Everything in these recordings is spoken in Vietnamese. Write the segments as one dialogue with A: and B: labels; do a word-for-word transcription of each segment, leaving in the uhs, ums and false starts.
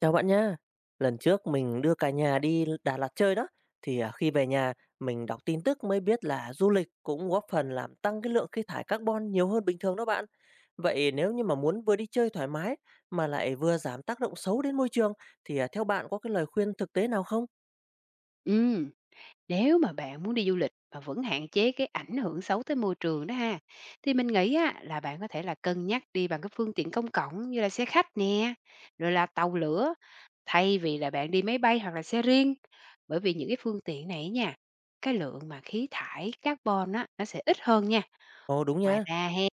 A: Chào bạn nha. Lần trước mình đưa cả nhà đi Đà Lạt chơi đó, thì à, khi về nhà mình đọc tin tức mới biết là du lịch cũng góp phần làm tăng cái lượng khí thải carbon nhiều hơn bình thường đó bạn. Vậy nếu như mà muốn vừa đi chơi thoải mái mà lại vừa giảm tác động xấu đến môi trường thì à, theo bạn có cái lời khuyên thực tế nào không?
B: Ừ, nếu mà bạn muốn đi du lịch mà vẫn hạn chế cái ảnh hưởng xấu tới môi trường đó ha, thì mình nghĩ á, là bạn có thể là cân nhắc đi bằng cái phương tiện công cộng như là xe khách nè, rồi là tàu lửa, thay vì là bạn đi máy bay hoặc là xe riêng, bởi vì những cái phương tiện này nha, cái lượng mà khí thải carbon á nó sẽ ít hơn nha.
A: Ồ đúng
B: Ngoài
A: nha,
B: ra he,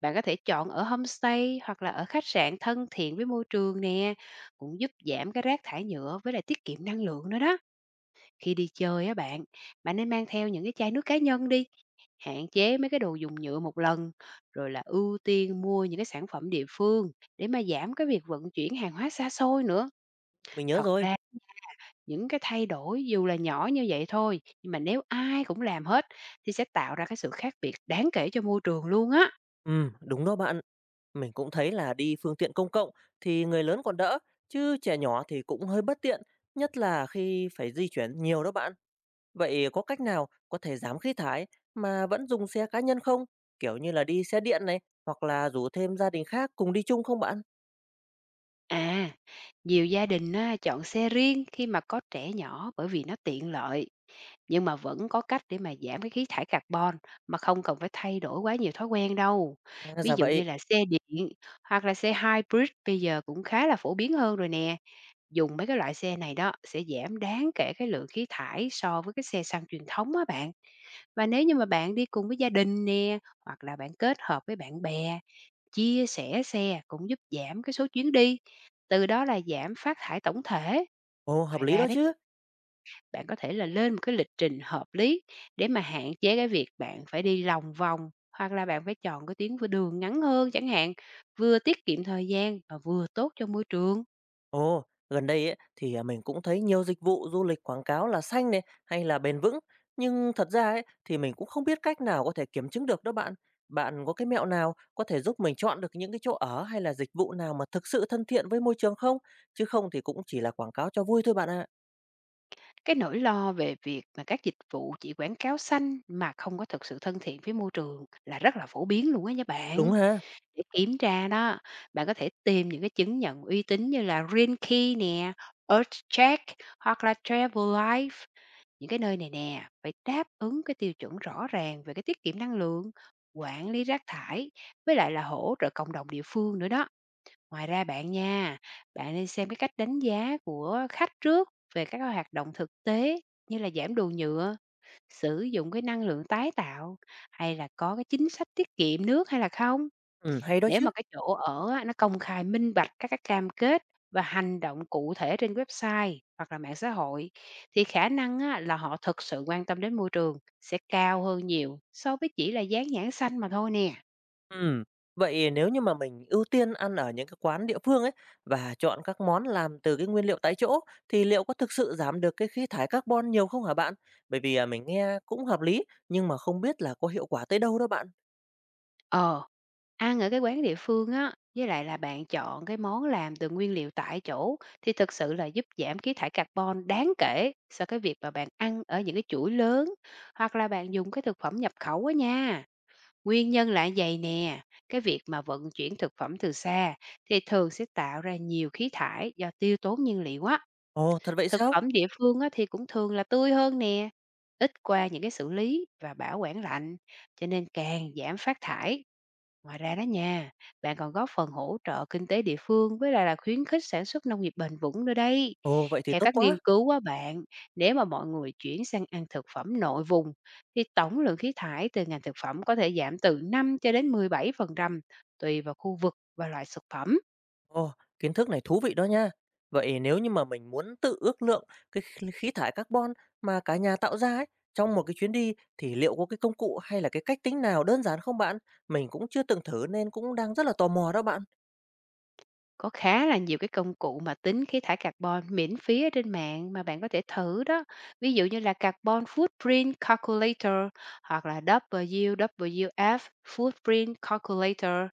B: bạn có thể chọn ở homestay hoặc là ở khách sạn thân thiện với môi trường nè, cũng giúp giảm cái rác thải nhựa với lại tiết kiệm năng lượng nữa đó. Khi đi chơi á bạn, bạn nên mang theo những cái chai nước cá nhân đi, hạn chế mấy cái đồ dùng nhựa một lần, rồi là ưu tiên mua những cái sản phẩm địa phương để mà giảm cái việc vận chuyển hàng hóa xa xôi nữa.
A: mình nhớ
B: Thật
A: rồi.
B: ra, những cái thay đổi dù là nhỏ như vậy thôi, nhưng mà nếu ai cũng làm hết thì sẽ tạo ra cái sự khác biệt đáng kể cho môi trường luôn á.
A: Ừ, đúng đó bạn. Mình cũng thấy là đi phương tiện công cộng thì người lớn còn đỡ, chứ trẻ nhỏ thì cũng hơi bất tiện, nhất là khi phải di chuyển nhiều đó bạn. Vậy có cách nào có thể giảm khí thải mà vẫn dùng xe cá nhân không? Kiểu như là đi xe điện này, hoặc là rủ thêm gia đình khác cùng đi chung không bạn?
B: À, nhiều gia đình á, chọn xe riêng khi mà có trẻ nhỏ bởi vì nó tiện lợi. Nhưng mà vẫn có cách để mà giảm cái khí thải carbon mà không cần phải thay đổi quá nhiều thói quen đâu.
A: À,
B: Ví
A: dạ
B: dụ như
A: vậy.
B: là xe điện hoặc là xe hybrid bây giờ cũng khá là phổ biến hơn rồi nè. Dùng mấy cái loại xe này đó sẽ giảm đáng kể cái lượng khí thải so với cái xe xăng truyền thống á bạn. Và nếu như mà bạn đi cùng với gia đình nè, hoặc là bạn kết hợp với bạn bè, chia sẻ xe cũng giúp giảm cái số chuyến đi. Từ đó là giảm phát thải tổng thể.
A: Ồ, hợp
B: Ngoài
A: lý
B: ra
A: đó
B: đó,
A: chứ.
B: bạn có thể là lên một cái lịch trình hợp lý để mà hạn chế cái việc bạn phải đi lòng vòng, hoặc là bạn phải chọn cái tuyến v đường ngắn hơn chẳng hạn, vừa tiết kiệm thời gian và vừa tốt cho môi trường.
A: Ồ, gần đây ấy, thì à, mình cũng thấy nhiều dịch vụ du lịch quảng cáo là xanh này hay là bền vững. Nhưng thật ra ấy, thì mình cũng không biết cách nào có thể kiểm chứng được đó bạn. Bạn có cái mẹo nào có thể giúp mình chọn được những cái chỗ ở hay là dịch vụ nào mà thực sự thân thiện với môi trường không? Chứ không thì cũng chỉ là quảng cáo cho vui thôi bạn ạ.
B: Cái nỗi lo về việc mà các dịch vụ chỉ quảng cáo xanh mà không có thực sự thân thiện với môi trường là rất là phổ biến luôn á nha
A: Đúng
B: bạn.
A: ha?
B: Để kiểm tra đó, bạn có thể tìm những cái chứng nhận uy tín như là Green Key nè, Earth Check hoặc là Travel, những cái nơi này nè phải đáp ứng cái tiêu chuẩn rõ ràng về cái tiết kiệm năng lượng, quản lý rác thải, với lại là hỗ trợ cộng đồng địa phương nữa đó. Ngoài ra bạn nha, bạn nên xem cái cách đánh giá của khách trước về các cái hoạt động thực tế như là giảm đồ nhựa, sử dụng cái năng lượng tái tạo, hay là có cái chính sách tiết kiệm nước hay là không.
A: Ừ, hay đó
B: Nếu
A: chứ.
B: mà cái chỗ ở á, nó công khai minh bạch các cái cam kết và hành động cụ thể trên website hoặc là mạng xã hội, thì khả năng á, là họ thực sự quan tâm đến môi trường sẽ cao hơn nhiều so với chỉ là dán nhãn xanh mà thôi nè.
A: Ừm, vậy nếu như mà mình ưu tiên ăn ở những cái quán địa phương ấy và chọn các món làm từ cái nguyên liệu tại chỗ thì liệu có thực sự giảm được cái khí thải carbon nhiều không hả bạn? Bởi vì à, mình nghe cũng hợp lý nhưng mà không biết là có hiệu quả tới đâu đó bạn.
B: Ờ, ăn ở cái quán địa phương á, với lại là bạn chọn cái món làm từ nguyên liệu tại chỗ thì thực sự là giúp giảm khí thải carbon đáng kể so với cái việc mà bạn ăn ở những cái chuỗi lớn hoặc là bạn dùng cái thực phẩm nhập khẩu á nha. Nguyên nhân là vậy nè, cái việc mà vận chuyển thực phẩm từ xa thì thường sẽ tạo ra nhiều khí thải do tiêu tốn nhiên liệu á.
A: Ồ, thật vậy
B: Thực
A: sao?
B: phẩm địa phương á, thì cũng thường là tươi hơn nè, ít qua những cái xử lý và bảo quản lạnh, cho nên càng giảm phát thải. Ngoài ra đó nha, bạn còn góp phần hỗ trợ kinh tế địa phương với lại là khuyến khích sản xuất nông nghiệp bền vững nữa đây.
A: Ồ, vậy thì
B: Theo
A: tốt
B: các nghiên
A: quá.
B: cứu á bạn, nếu mà mọi người chuyển sang ăn thực phẩm nội vùng thì tổng lượng khí thải từ ngành thực phẩm có thể giảm từ năm cho đến mười bảy phần trăm tùy vào khu vực và loại thực phẩm.
A: Ồ, kiến thức này thú vị đó nha. Vậy nếu như mà mình muốn tự ước lượng cái khí khí thải carbon mà cả nhà tạo ra ấy trong một cái chuyến đi thì liệu có cái công cụ hay là cái cách tính nào đơn giản không bạn? Mình cũng chưa từng thử nên cũng đang rất là tò mò đó bạn.
B: Có khá là nhiều cái công cụ mà tính khí thải carbon miễn phí ở trên mạng mà bạn có thể thử đó. Ví dụ như là Carbon Footprint Calculator hoặc là vê kép vê kép ép Footprint Calculator.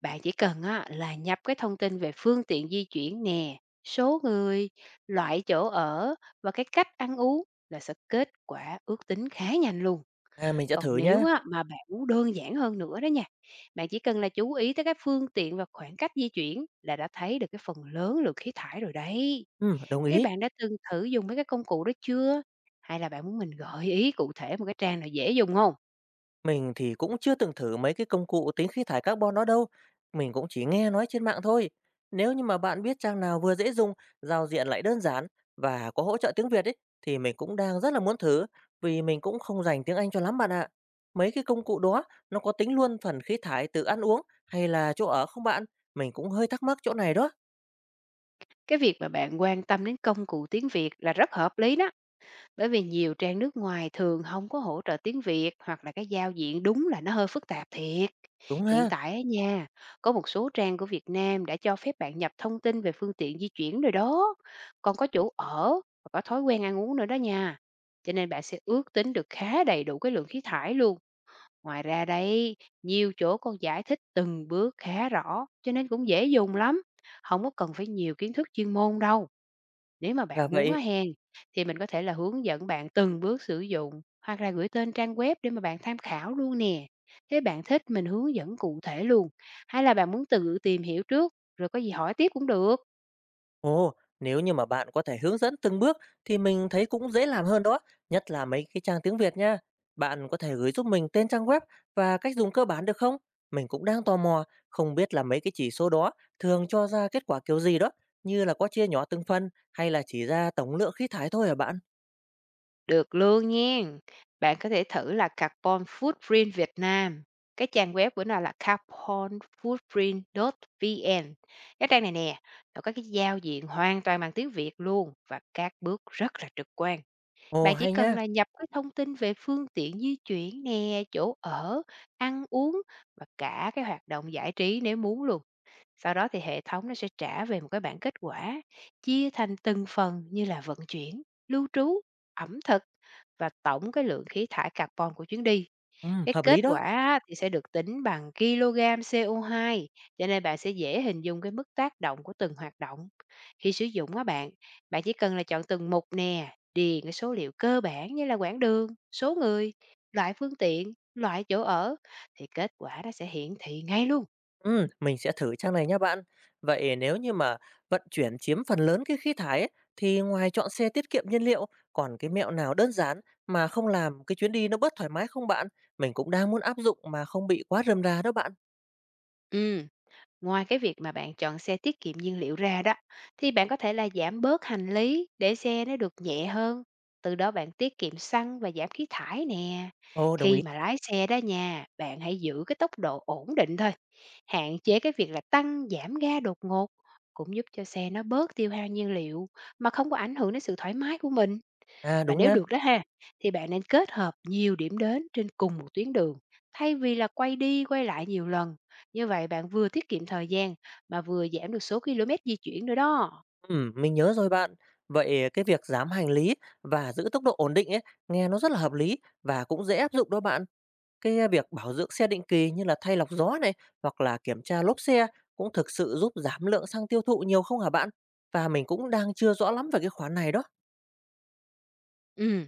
B: Bạn chỉ cần á, là nhập cái thông tin về phương tiện di chuyển nè, số người, loại chỗ ở và cái cách ăn uống là sẽ kết quả ước tính khá nhanh luôn.
A: À, mình sẽ
B: Còn
A: thử
B: nếu
A: nhá.
B: á, mà bạn muốn đơn giản hơn nữa đó nha, bạn chỉ cần là chú ý tới các phương tiện và khoảng cách di chuyển là đã thấy được cái phần lớn lượng khí thải rồi đấy.
A: Ừm, đồng
B: Thế
A: ý.
B: bạn đã từng thử dùng mấy cái công cụ đó chưa? Hay là bạn muốn mình gợi ý cụ thể một cái trang nào dễ dùng không?
A: Mình thì cũng chưa từng thử mấy cái công cụ tính khí thải carbon đó đâu. Mình cũng chỉ nghe nói trên mạng thôi. Nếu như mà bạn biết trang nào vừa dễ dùng, giao diện lại đơn giản và có hỗ trợ tiếng Việt ấy, thì mình cũng đang rất là muốn thử vì mình cũng không dành tiếng Anh cho lắm bạn ạ. Mấy cái công cụ đó nó có tính luôn phần khí thải từ ăn uống hay là chỗ ở không bạn? Mình cũng hơi thắc mắc chỗ này đó.
B: Cái việc mà bạn quan tâm đến công cụ tiếng Việt là rất hợp lý đó, bởi vì nhiều trang nước ngoài thường không có hỗ trợ tiếng Việt hoặc là cái giao diện đúng là nó hơi phức tạp thiệt.
A: Đúng
B: Hiện
A: ha.
B: tại á nha, có một số trang của Việt Nam đã cho phép bạn nhập thông tin về phương tiện di chuyển rồi đó, còn có chỗ ở và có thói quen ăn uống nữa đó nha. Cho nên bạn sẽ ước tính được khá đầy đủ cái lượng khí thải luôn. Ngoài ra đây, nhiều chỗ còn giải thích từng bước khá rõ, cho nên cũng dễ dùng lắm. Không có cần phải nhiều kiến thức chuyên môn đâu. Nếu mà
A: Là
B: bạn muốn á
A: vậy.
B: hen, thì mình có thể là hướng dẫn bạn từng bước sử dụng, hoặc là gửi tên trang web để mà bạn tham khảo luôn nè. Thế bạn thích mình hướng dẫn cụ thể luôn, hay là bạn muốn tự tìm hiểu trước, rồi có gì hỏi tiếp cũng được?
A: Ồ, nếu như mà bạn có thể hướng dẫn từng bước thì mình thấy cũng dễ làm hơn đó, nhất là mấy cái trang tiếng Việt nha. Bạn có thể gửi giúp mình tên trang web và cách dùng cơ bản được không? Mình cũng đang tò mò, không biết là mấy cái chỉ số đó thường cho ra kết quả kiểu gì đó, như là có chia nhỏ từng phần hay là chỉ ra tổng lượng khí thải thôi hả bạn?
B: Được luôn nha. Bạn có thể thử là Carbon Footprint Việt Nam. Cái trang web của nó là carbonfootprint.vn. Cái trang này nè, nó có cái giao diện hoàn toàn bằng tiếng Việt luôn và các bước rất là trực quan.
A: Ồ,
B: Bạn chỉ
A: hay
B: cần
A: nha.
B: là nhập cái thông tin về phương tiện di chuyển nè, chỗ ở, ăn uống và cả cái hoạt động giải trí nếu muốn luôn. Sau đó thì hệ thống nó sẽ trả về một cái bảng kết quả, chia thành từng phần như là vận chuyển, lưu trú, ẩm thực và tổng cái lượng khí thải carbon của chuyến đi.
A: Ừ,
B: Cái
A: hợp lý
B: kết
A: đó.
B: quả á thì sẽ được tính bằng kg lô gam xê ô hai, cho nên bạn sẽ dễ hình dung cái mức tác động của từng hoạt động. Khi sử dụng á bạn, bạn chỉ cần là chọn từng mục nè, điền cái số liệu cơ bản như là quãng đường, số người, loại phương tiện, loại chỗ ở thì kết quả nó sẽ hiển thị ngay luôn.
A: Ừm, mình sẽ thử trang này nhé bạn. Vậy nếu như mà vận chuyển chiếm phần lớn cái khí thải ấy, thì ngoài chọn xe tiết kiệm nhiên liệu, còn cái mẹo nào đơn giản mà không làm cái chuyến đi nó bớt thoải mái không bạn? Mình cũng đang muốn áp dụng mà không bị quá rườm rà đó bạn.
B: Ừ, ngoài cái việc mà bạn chọn xe tiết kiệm nhiên liệu ra đó, thì bạn có thể là giảm bớt hành lý để xe nó được nhẹ hơn. Từ đó bạn tiết kiệm xăng và giảm khí thải nè.
A: Ồ, đồng
B: Khi
A: ý.
B: mà lái xe đó nha, bạn hãy giữ cái tốc độ ổn định thôi. Hạn chế cái việc là tăng giảm ga đột ngột cũng giúp cho xe nó bớt tiêu hao nhiên liệu mà không có ảnh hưởng đến sự thoải mái của mình.
A: À,
B: Và
A: đúng
B: nếu
A: nhá.
B: được đó ha, thì bạn nên kết hợp nhiều điểm đến trên cùng một tuyến đường, thay vì là quay đi quay lại nhiều lần. Như vậy bạn vừa tiết kiệm thời gian mà vừa giảm được số km di chuyển nữa đó.
A: Ừm, mình nhớ rồi bạn. Vậy cái việc giảm hành lý và giữ tốc độ ổn định ấy, nghe nó rất là hợp lý và cũng dễ áp dụng đó bạn. Cái a, việc bảo dưỡng xe định kỳ như là thay lọc gió này hoặc là kiểm tra lốp xe cũng thực sự giúp giảm lượng xăng tiêu thụ nhiều không hả bạn? Và mình cũng đang chưa rõ lắm về cái khoản này đó.
B: Ừ.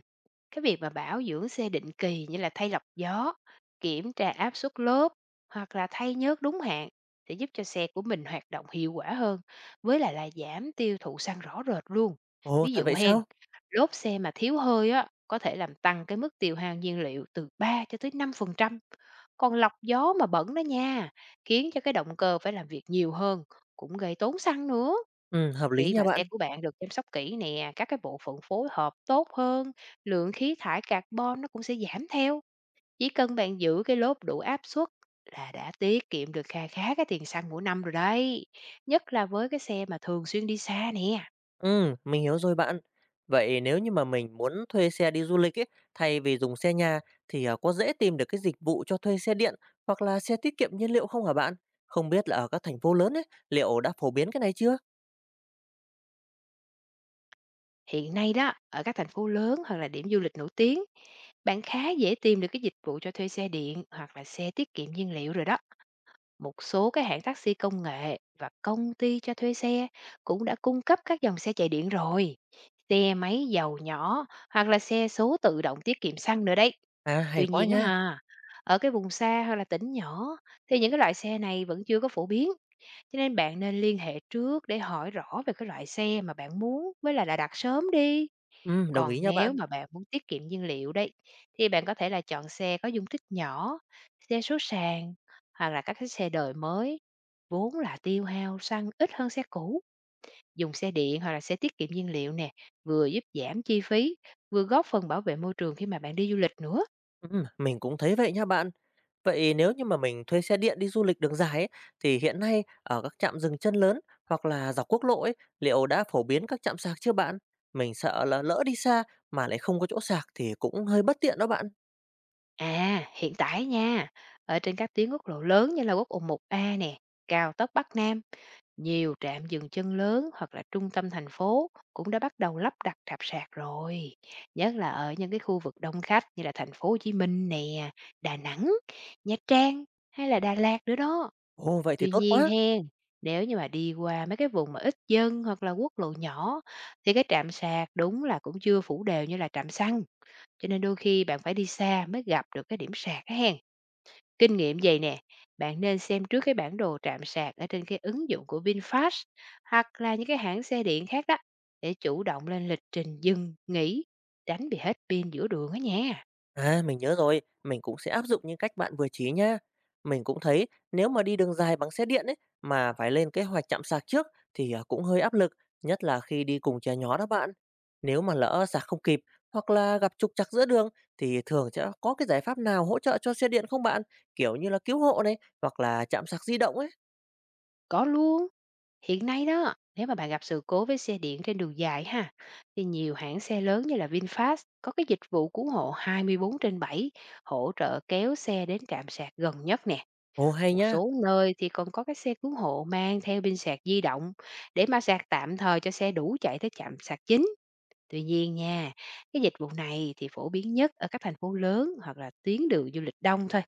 B: Cái việc mà bảo dưỡng xe định kỳ như là thay lọc gió, kiểm tra áp suất lốp hoặc là thay nhớt đúng hạn sẽ giúp cho xe của mình hoạt động hiệu quả hơn, với lại là giảm tiêu thụ xăng rõ rệt luôn.
A: Ồ,
B: Ví
A: thật
B: dụ
A: vậy
B: hen,
A: sao?
B: lốp xe mà thiếu hơi á có thể làm tăng cái mức tiêu hao nhiên liệu từ ba cho tới năm phần trăm. Còn lọc gió mà bẩn đó nha, khiến cho cái động cơ phải làm việc nhiều hơn, cũng gây tốn xăng nữa.
A: Ừ, hợp lý
B: Khi
A: nha
B: mà xe
A: bạn.
B: của bạn được chăm sóc kỹ nè, các cái bộ phận phối hợp tốt hơn, lượng khí thải carbon nó cũng sẽ giảm theo. Chỉ cần bạn giữ cái lốp đủ áp suất là đã tiết kiệm được kha khá cái tiền xăng mỗi năm rồi đấy. Nhất là với cái xe mà thường xuyên đi xa nè.
A: Ừ, mình hiểu rồi bạn. Vậy nếu như mà mình muốn thuê xe đi du lịch ấy, thay vì dùng xe nhà thì à, có dễ tìm được cái dịch vụ cho thuê xe điện hoặc là xe tiết kiệm nhiên liệu không hả bạn? Không biết là ở các thành phố lớn ấy, liệu đã phổ biến cái này chưa?
B: Hiện nay đó, ở các thành phố lớn hoặc là điểm du lịch nổi tiếng, bạn khá dễ tìm được cái dịch vụ cho thuê xe điện hoặc là xe tiết kiệm nhiên liệu rồi đó. Một số cái hãng taxi công nghệ và công ty cho thuê xe cũng đã cung cấp các dòng xe chạy điện rồi. Xe máy dầu nhỏ hoặc là xe số tự động tiết kiệm xăng nữa đấy.
A: À, hay
B: Tuy
A: quá
B: nhiên á
A: nha.
B: ha, ở cái vùng xa hoặc là tỉnh nhỏ thì những cái loại xe này vẫn chưa có phổ biến, cho nên bạn nên liên hệ trước để hỏi rõ về cái loại xe mà bạn muốn với lại là đặt sớm đi.
A: Ừ, đồng
B: Còn
A: ý nha
B: nếu
A: bạn.
B: mà bạn muốn tiết kiệm nhiên liệu đấy, thì bạn có thể là chọn xe có dung tích nhỏ, xe số sàn hoặc là các cái xe đời mới, vốn là tiêu hao xăng ít hơn xe cũ. Dùng xe điện hoặc là xe tiết kiệm nhiên liệu nè, vừa giúp giảm chi phí, vừa góp phần bảo vệ môi trường khi mà bạn đi du lịch nữa.
A: Ừ, mình cũng thấy vậy nha bạn. Vậy nếu như mà mình thuê xe điện đi du lịch đường dài ấy, thì hiện nay ở các trạm dừng chân lớn hoặc là dọc quốc lộ ấy, liệu đã phổ biến các trạm sạc chưa bạn? Mình sợ là lỡ đi xa mà lại không có chỗ sạc thì cũng hơi bất tiện đó bạn.
B: À, hiện tại nha, ở trên các tuyến quốc lộ lớn như là quốc lộ một a nè, cao tốc Bắc Nam, nhiều trạm dừng chân lớn hoặc là trung tâm thành phố cũng đã bắt đầu lắp đặt trạm sạc rồi, nhất là ở những cái khu vực đông khách như là thành phố Hồ Chí Minh nè, Đà Nẵng, Nha Trang hay là Đà Lạt nữa đó.
A: Ồ, vậy thì
B: Tuy
A: tốt
B: nhiên
A: quá.
B: hen, nếu như mà đi qua mấy cái vùng mà ít dân hoặc là quốc lộ nhỏ thì cái trạm sạc đúng là cũng chưa phủ đều như là trạm xăng, cho nên đôi khi bạn phải đi xa mới gặp được cái điểm sạc á hen. Kinh nghiệm vậy nè, bạn nên xem trước cái bản đồ trạm sạc ở trên cái ứng dụng của VinFast hoặc là những cái hãng xe điện khác đó, để chủ động lên lịch trình dừng, nghỉ, tránh bị hết pin giữa đường á nha.
A: À, mình nhớ rồi, mình cũng sẽ áp dụng những cách bạn vừa chỉ nhá. Mình cũng thấy nếu mà đi đường dài bằng xe điện ấy mà phải lên kế hoạch chạm sạc trước thì à, cũng hơi áp lực, nhất là khi đi cùng trẻ nhỏ đó bạn. Nếu mà lỡ sạc không kịp hoặc là gặp trục trặc giữa đường thì thường sẽ có cái giải pháp nào hỗ trợ cho xe điện không bạn? Kiểu như là cứu hộ này hoặc là chạm sạc di động ấy.
B: Có luôn, hiện nay đó, nếu mà bạn gặp sự cố với xe điện trên đường dài ha, thì nhiều hãng xe lớn như là VinFast có cái dịch vụ cứu hộ hai mươi tư trên bảy, hỗ trợ kéo xe đến trạm sạc gần nhất nè.
A: Ồ hay
B: Một
A: nhá.
B: số nơi thì còn có cái xe cứu hộ mang theo pin sạc di động để mà sạc tạm thời cho xe đủ chạy tới trạm sạc chính. Tuy nhiên nha, cái dịch vụ này thì phổ biến nhất ở các thành phố lớn hoặc là tuyến đường du lịch đông thôi.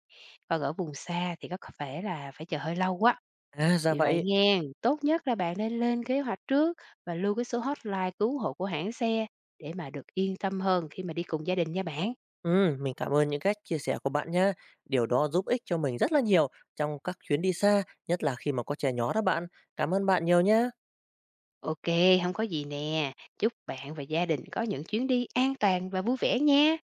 B: Còn ở vùng xa thì có vẻ là phải chờ hơi lâu quá.
A: À ra
B: Vì vậy
A: vậy.
B: nghe, tốt nhất là bạn nên lên kế hoạch trước và lưu cái số hotline cứu hộ của hãng xe để mà được yên tâm hơn khi mà đi cùng gia đình nha bạn.
A: Ừm, mình cảm ơn những cách chia sẻ của bạn nhá. Điều đó giúp ích cho mình rất là nhiều trong các chuyến đi xa, nhất là khi mà có trẻ nhỏ đó bạn. Cảm ơn bạn nhiều nhá.
B: Ok, không có gì nè. Chúc bạn và gia đình có những chuyến đi an toàn và vui vẻ nha.